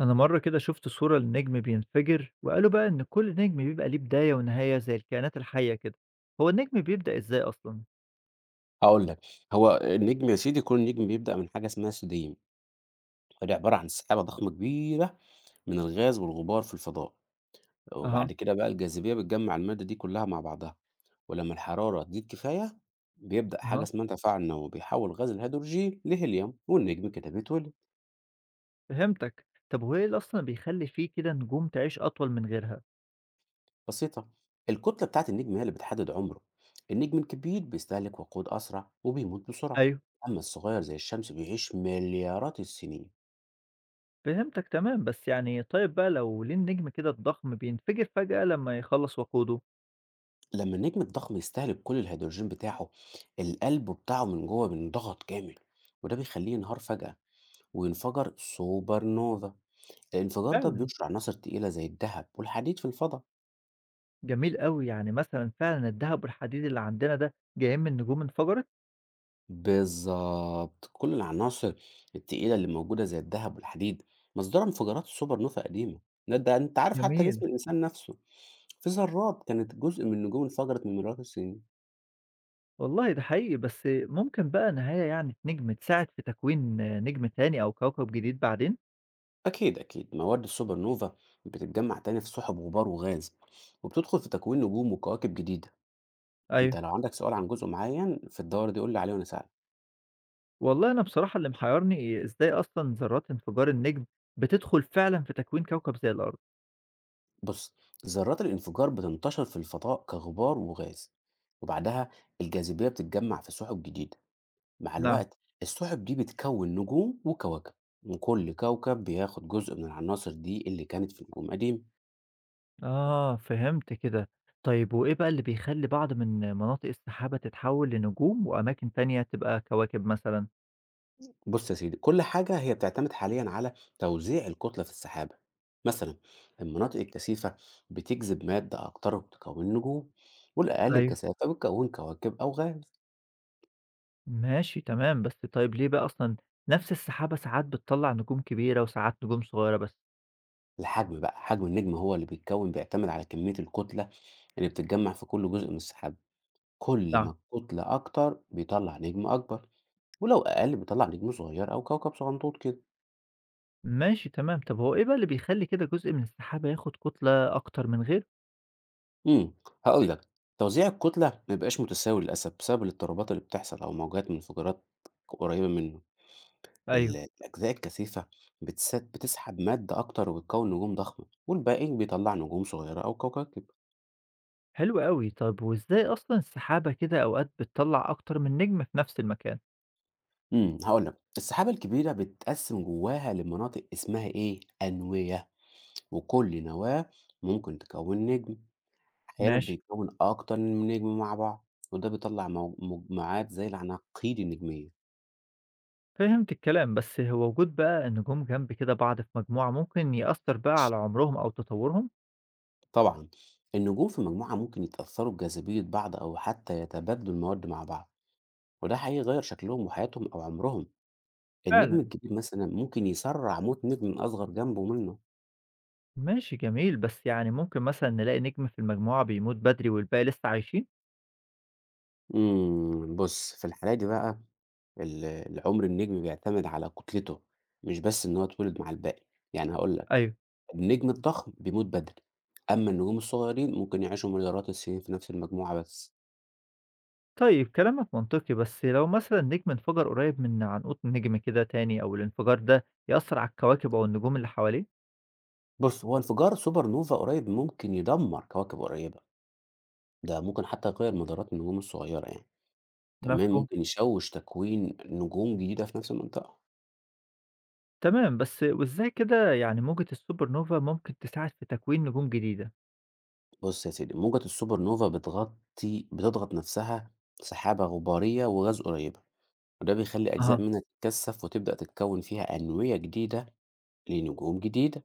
أنا مرة كده شفت صورة لنجم بينفجر وقالوا بقى إن كل نجم بيبقى ليه بداية ونهاية زي الكائنات الحية كده. هو النجم بيبدأ إزاي أصلا؟ هاقول لك، هو النجم يا سيدي كون النجم بيبدأ من حاجة اسمها سيديم، ودي عبارة عن سحابة ضخمة كبيرة من الغاز والغبار في الفضاء، أها. وبعد كده بقى الجاذبية بتجمّع المادة دي كلها مع بعضها، ولمّا الحرارة تزيد كفاية بيبدأ حاجة أها، اسمها تفاعل نووي، بيحوّل غاز الهيدروجين لهيليوم والنجم كده بيتولد. فهمتك. طب وإيه اللي أصلا بيخلي فيه كده نجوم تعيش أطول من غيرها؟ بسيطة. الكتلة بتاعة النجم هي اللي بتحدد عمره، النجم الكبير بيستهلك وقود أسرع وبيموت بسرعة، أيوه، أما الصغير زي الشمس بيعيش مليارات السنين. فهمتك تمام. بس يعني طيب بقى، لو ليه النجم كده الضخم بينفجر فجأة لما يخلص وقوده؟ لما النجم الضخم يستهلك كل الهيدروجين بتاعه، القلب بتاعه من جوه بينضغط كامل، وده بيخليه ينهار فجأة وينفجر سوبر نوفا. الانفجار ده فعلا. بينشر عناصر تقيلة زي الذهب والحديد في الفضاء. جميل قوي. يعني مثلا فعلا الذهب والحديد اللي عندنا ده جايين من نجوم انفجرت؟ بالظبط، كل العناصر التقيلة اللي موجودة زي الذهب والحديد مصدرها انفجارات السوبر نوفا قديمة. ده انت عارف، حتى جميل. جسم الإنسان نفسه في ذرات كانت جزء من النجوم انفجرت من مليارات السنين. والله ده حقيقي، بس ممكن بقى نهاية يعني نجم تساعد في تكوين نجم تاني أو كوكب جديد بعدين؟ أكيد أكيد، مواد السوبر نوفا بتتجمع تاني في سحب غبار وغاز وبتدخل في تكوين نجوم وكواكب جديدة. ايوه. أنت لو عندك سؤال عن جزء معين في الدورة دي قول لي عليه وأنا أساعدك. والله أنا بصراحة اللي محيرني إزاي أصلا ذرات انفجار النجم بتدخل فعلا في تكوين كوكب زي الأرض؟ بص، ذرات الانفجار بتنتشر في الفضاء كغبار وغاز، وبعدها الجاذبية بتتجمع في سحب جديدة. مع نعم. الوقت السحب دي بتكون نجوم وكواكب، وكل كوكب بياخد جزء من العناصر دي اللي كانت في نجوم قديمة. آه، فهمت كده. طيب وإيه بقى اللي بيخلي بعض من مناطق السحابة تتحول لنجوم وأماكن تانية تبقى كواكب مثلا؟ بص يا سيدي، كل حاجة هي بتعتمد حاليا على توزيع الكتلة في السحابة. مثلا المناطق الكثيفة بتجذب مادة أكتر وبتكون نجوم، والأقل ايوه. الكثافة بتكون كواكب أو غاز. ماشي تمام، بس طيب ليه بقى أصلا نفس السحابة ساعات بتطلع نجوم كبيرة وساعات نجوم صغيرة بس؟ الحجم بقى، حجم النجم هو اللي بيتكون بيعتمد على كمية الكتلة اللي بتتجمع في كل جزء من السحابة. كل نعم. ما الكتلة أكتر بيطلع نجم أكبر، ولو أقل بيطلع نجم صغير أو كوكب صغنطوط كده. ماشي تمام، طب هو إيه بقى اللي بيخلّي كده جزء من السحابة ياخد كتلة أكتر من غيره؟ إمم، هاقول لك، توزيع الكتلة ما بيبقاش متساوي للأسف بسبب الاضطرابات اللي بتحصل أو موجات من انفجارات قريبة منه. ال أيوه. الأجزاء الكثيفة بتسحب مادة أكتر وبتكوّن نجوم ضخمة، والباقي بيطلّع نجوم صغيرة أو كواكب. حلو أوي، طب وإزاي أصلًا السحابة كده أوقات بتطلّع أكتر من نجم في نفس المكان؟ هاقول لك، السحابة الكبيرة بتتقسم جواها لمناطق اسمها إيه، أنوية، وكل نواة ممكن تكوّن نجم، أحيانًا ماشي. بيتكوّن أكتر من نجم مع بعض، وده بيطلّع مجموعات زي العناقيد النجمية. فهمت الكلام، بس هو وجود بقى نجوم جنب كده بعض في مجموعة ممكن يأثّر بقى على عمرهم أو تطوّرهم؟ طبعًا، النجوم في مجموعة ممكن يتأثّروا بجاذبية بعض أو حتى يتبادلوا المواد مع بعض، وده هيغيّر شكلهم وحياتهم أو عمرهم. النجم فعلًا. الكبير مثلًا ممكن يسرّع موت نجم أصغر جنبه منه. ماشي جميل، بس يعني ممكن مثلًا نلاقي نجم في المجموعة بيموت بدري والباقي لسه عايشين؟ بُص، في الحالة دي بقى العمر النجم بيعتمد على كتلته، مش بس إن هو اتولد مع الباقي. يعني هاقول لك، أيوه. النجم الضخم بيموت بدري، أمّا النجوم الصغيرين ممكن يعيشوا مليارات السنين في نفس المجموعة بس. طيب كلامك منطقي، بس لو مثلا نجم انفجر قريب من عنقود نجم كده تاني أو الانفجار ده يأثر على الكواكب أو النجوم اللي حواليه. بُص، هو انفجار سوبر نوفا قريب ممكن يدمّر كواكب قريبة. ده ممكن حتى يغيّر مدارات النجوم الصغيّرة يعني، كمان مفهوم. ممكن يشوّش تكوين نجوم جديدة في نفس المنطقة. تمام، بس وإزاي كده يعني موجة السوبر نوفا ممكن تساعد في تكوين نجوم جديدة؟ بُص يا سيدي، موجة السوبر نوفا بتضغط نفسها سحابة غبارية وغاز قريبة، وده بيخلّي أجزاء أها. منها تتكثّف وتبدأ تتكوّن فيها أنوية جديدة لنجوم جديدة.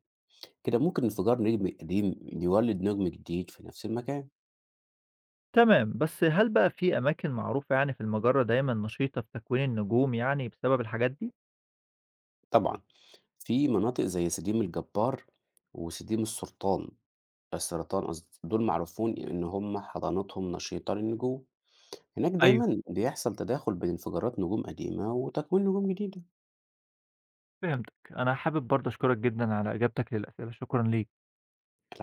كده ممكن انفجار نجم قديم يولد نجم جديد في نفس المكان. تمام، بس هل بقى في أماكن معروفة يعني في المجرة دايما نشيطة في تكوين النجوم يعني بسبب الحاجات دي؟ طبعًا، في مناطق زي سديم الجبار وسديم السرطان، قصدي، دول معروفين إن هم حضانتهم نشيطة للنجوم. هناك أيوه، دايمًا بيحصل تداخل بين انفجارات نجوم قديمة وتكوين نجوم جديدة، فهمتك. أنا حابب برضه أشكرك جدا على إجابتك للأسئلة، شكرا ليك. الع